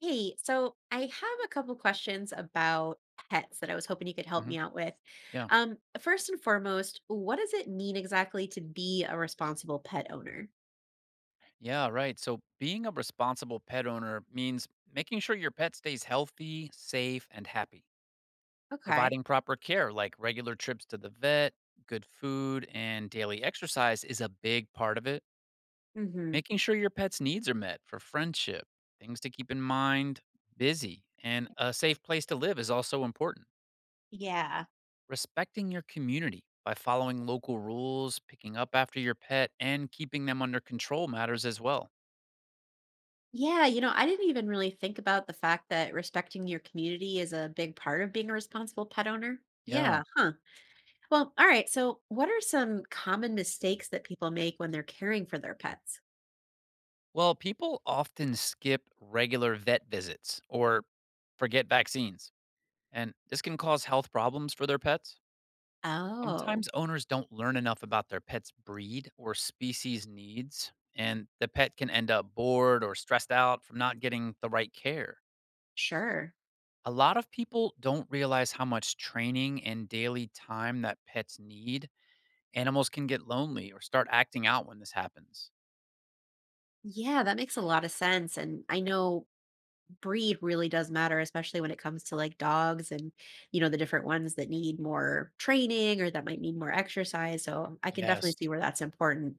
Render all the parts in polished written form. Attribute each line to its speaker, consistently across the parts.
Speaker 1: Hey, so I have a couple questions about pets that I was hoping you could help me
Speaker 2: Hmm.
Speaker 1: out with.
Speaker 2: Yeah.
Speaker 1: First and foremost, what does it mean exactly to be a responsible pet owner?
Speaker 2: Yeah. Right. So being a responsible pet owner means making sure your pet stays healthy, safe, and happy,
Speaker 1: Okay.
Speaker 2: providing proper care like regular trips to the vet, good food, and daily exercise is a big part of it.
Speaker 1: Hmm.
Speaker 2: Making sure your pet's needs are met for friendship, things to keep in mind, busy, and a safe place to live is also important.
Speaker 1: Yeah.
Speaker 2: Respecting your community by following local rules, picking up after your pet, and keeping them under control matters as well.
Speaker 1: Yeah, you know, I didn't even really think about the fact that respecting your community is a big part of being a responsible pet owner.
Speaker 2: Yeah.
Speaker 1: Yeah, huh. Well, all right. So, what are some common mistakes that people make when they're caring for their pets?
Speaker 2: Well, people often skip regular vet visits or forget vaccines, and this can cause health problems for their pets.
Speaker 1: Oh,
Speaker 2: Sometimes owners don't learn enough about their pet's breed or species needs, and the pet can end up bored or stressed out from not getting the right care.
Speaker 1: sure.
Speaker 2: A lot of people don't realize how much training and daily time that pets need. Animals can get lonely or start acting out when this happens.
Speaker 1: Yeah, that makes a lot of sense. And I know breed really does matter, especially when it comes to like dogs and, you know, the different ones that need more training or that might need more exercise. So I can
Speaker 2: Yes.
Speaker 1: definitely see where that's important.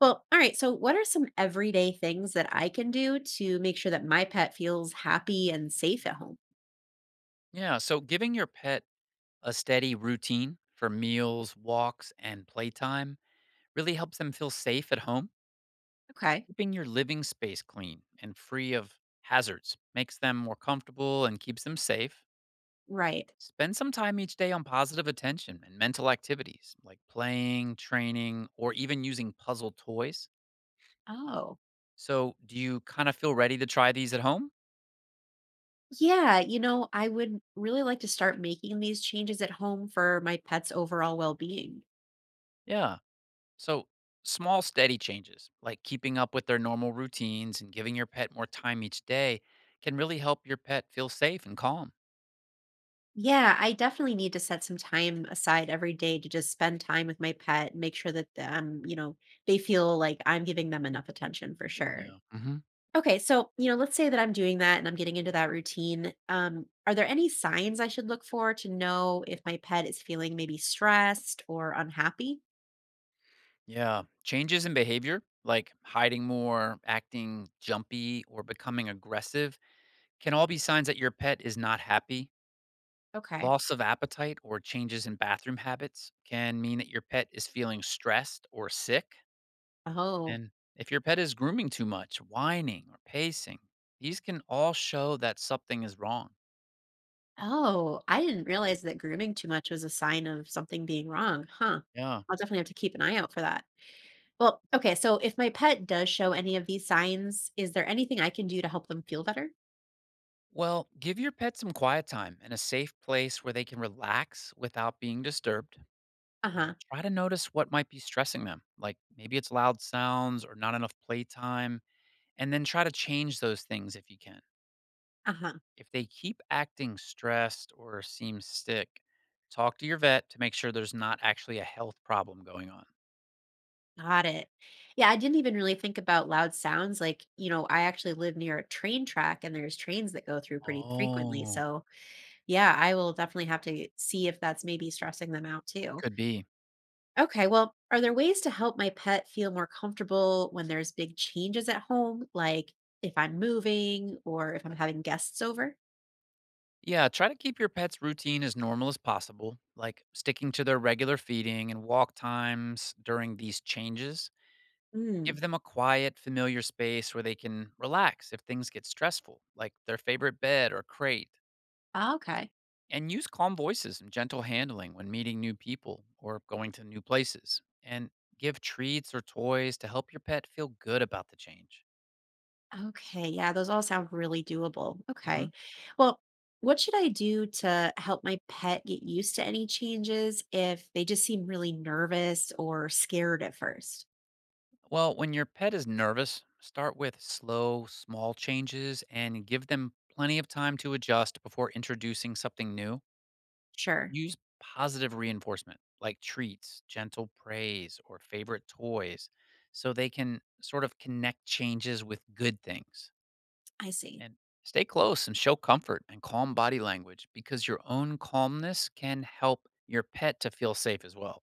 Speaker 1: Well, all right. So, what are some everyday things that I can do to make sure that my pet feels happy and safe at home?
Speaker 2: Yeah, so giving your pet a steady routine for meals, walks, and playtime really helps them feel safe at home.
Speaker 1: Okay.
Speaker 2: Keeping your living space clean and free of hazards makes them more comfortable and keeps them safe.
Speaker 1: Right.
Speaker 2: Spend some time each day on positive attention and mental activities like playing, training, or even using puzzle toys.
Speaker 1: Oh.
Speaker 2: So, do you kind of feel ready to try these at home?
Speaker 1: Yeah, you know, I would really like to start making these changes at home for my pet's overall well-being.
Speaker 2: Yeah. So, small, steady changes, like keeping up with their normal routines and giving your pet more time each day, can really help your pet feel safe and calm.
Speaker 1: Yeah, I definitely need to set some time aside every day to just spend time with my pet and make sure that you know, they feel like I'm giving them enough attention for sure.
Speaker 2: Yeah. Hmm.
Speaker 1: Okay, so, you know, let's say that I'm doing that and I'm getting into that routine. Are there any signs I should look for to know if my pet is feeling maybe stressed or unhappy?
Speaker 2: Yeah. Changes in behavior, like hiding more, acting jumpy, or becoming aggressive, can all be signs that your pet is not happy.
Speaker 1: Okay.
Speaker 2: Loss of appetite or changes in bathroom habits can mean that your pet is feeling stressed or sick.
Speaker 1: Oh.
Speaker 2: And if your pet is grooming too much, whining, or pacing, these can all show that something is wrong.
Speaker 1: Oh, I didn't realize that grooming too much was a sign of something being wrong, huh?
Speaker 2: Yeah.
Speaker 1: I'll definitely have to keep an eye out for that. Well, okay, so if my pet does show any of these signs, is there anything I can do to help them feel better?
Speaker 2: Well, give your pet some quiet time and a safe place where they can relax without being disturbed.
Speaker 1: Uh-huh.
Speaker 2: Try to notice what might be stressing them, like maybe it's loud sounds or not enough playtime, and then try to change those things if you can.
Speaker 1: Uh-huh.
Speaker 2: If they keep acting stressed or seem sick, talk to your vet to make sure there's not actually a health problem going on.
Speaker 1: Got it. Yeah, I didn't even really think about loud sounds. Like, you know, I actually live near a train track and there's trains that go through pretty frequently.
Speaker 2: Oh,
Speaker 1: So, yeah, I will definitely have to see if that's maybe stressing them out too.
Speaker 2: could be.
Speaker 1: Okay, well, are there ways to help my pet feel more comfortable when there's big changes at home, like if I'm moving or if I'm having guests over?
Speaker 2: Yeah, try to keep your pet's routine as normal as possible, like sticking to their regular feeding and walk times during these changes.
Speaker 1: Mm.
Speaker 2: Give them a quiet, familiar space where they can relax if things get stressful, like their favorite bed or crate.
Speaker 1: Okay.
Speaker 2: And use calm voices and gentle handling when meeting new people or going to new places. And give treats or toys to help your pet feel good about the change.
Speaker 1: Okay, yeah, those all sound really doable.
Speaker 2: Mhm.
Speaker 1: Okay. Well, what should I do to help my pet get used to any changes if they just seem really nervous or scared at first?
Speaker 2: Well, when your pet is nervous, start with slow, small changes and give them plenty of time to adjust before introducing something new.
Speaker 1: Sure.
Speaker 2: Use positive reinforcement like treats, gentle praise, or favorite toys so they can sort of connect changes with good things.
Speaker 1: I see.
Speaker 2: And stay close and show comfort and calm body language because your own calmness can help your pet to feel safe as well.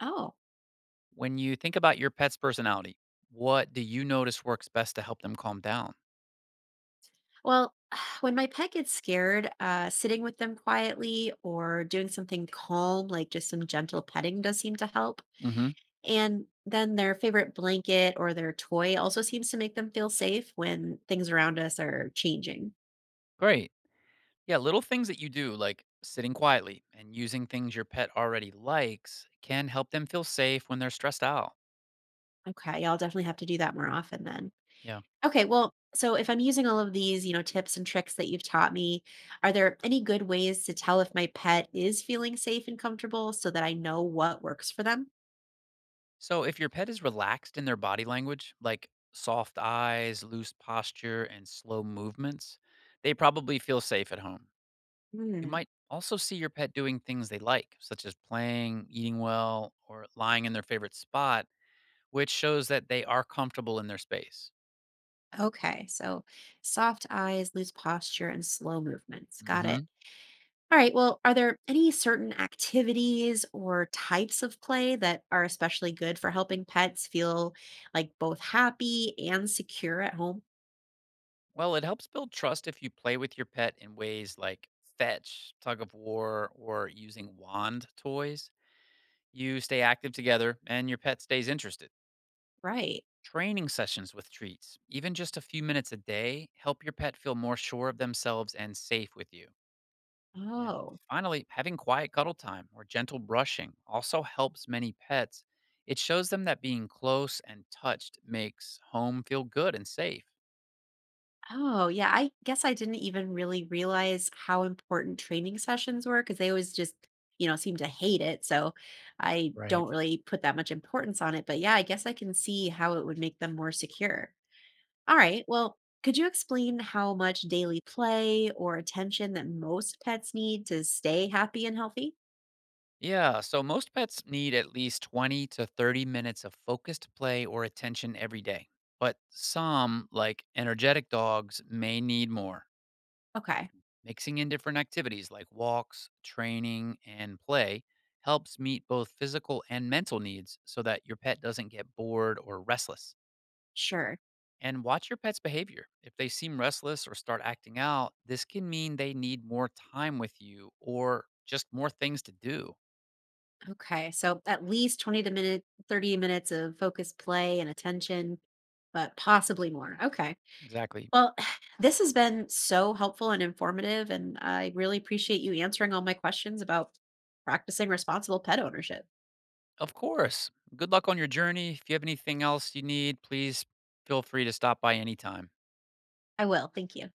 Speaker 1: Oh,
Speaker 2: When you think about your pet's personality, what do you notice works best to help them calm down?
Speaker 1: well, when my pet gets scared, sitting with them quietly or doing something calm, like just some gentle petting, does seem to help.
Speaker 2: Hmm.
Speaker 1: And then their favorite blanket or their toy also seems to make them feel safe when things around us are changing.
Speaker 2: Great. Yeah, little things that you do, like sitting quietly and using things your pet already likes, can help them feel safe when they're stressed out.
Speaker 1: Okay, yeah, I'll definitely have to do that more often then.
Speaker 2: Yeah.
Speaker 1: Okay, well, so if I'm using all of these, you know, tips and tricks that you've taught me, are there any good ways to tell if my pet is feeling safe and comfortable so that I know what works for them?
Speaker 2: So, if your pet is relaxed in their body language, like soft eyes, loose posture, and slow movements, they probably feel safe at home. You
Speaker 1: Hmm.
Speaker 2: might also see your pet doing things they like, such as playing, eating well, or lying in their favorite spot, which shows that they are comfortable in their space.
Speaker 1: Okay, so soft eyes, loose posture, and slow movements. Got it.
Speaker 2: Mhm.
Speaker 1: All right, well, are there any certain activities or types of play that are especially good for helping pets feel like both happy and secure at home?
Speaker 2: Well, it helps build trust if you play with your pet in ways like fetch, tug of war, or using wand toys. You stay active together and your pet stays interested.
Speaker 1: Right.
Speaker 2: Training sessions with treats, even just a few minutes a day, help your pet feel more sure of themselves and safe with you. And
Speaker 1: Oh.
Speaker 2: finally, having quiet cuddle time or gentle brushing also helps many pets. It shows them that being close and touched makes home feel good and safe.
Speaker 1: Oh, yeah. I guess I didn't even really realize how important training sessions were because they always just, you know, seem to hate it. So I
Speaker 2: Right.
Speaker 1: don't really put that much importance on it. But yeah, I guess I can see how it would make them more secure. All right. Well, could you explain how much daily play or attention that most pets need to stay happy and healthy?
Speaker 2: Yeah. So most pets need at least 20 to 30 minutes of focused play or attention every day. But some, like energetic dogs, may need more.
Speaker 1: Okay.
Speaker 2: Mixing in different activities like walks, training, and play helps meet both physical and mental needs so that your pet doesn't get bored or restless.
Speaker 1: Sure.
Speaker 2: And watch your pet's behavior. If they seem restless or start acting out, this can mean they need more time with you or just more things to do.
Speaker 1: Okay. So at least 20 to minute 30 minutes of focused play and attention, but possibly more. Okay.
Speaker 2: Exactly.
Speaker 1: Well, this has been so helpful and informative, and I really appreciate you answering all my questions about practicing responsible pet ownership.
Speaker 2: Of course. Good luck on your journey. If you have anything else you need, please feel free to stop by anytime.
Speaker 1: I will. Thank you.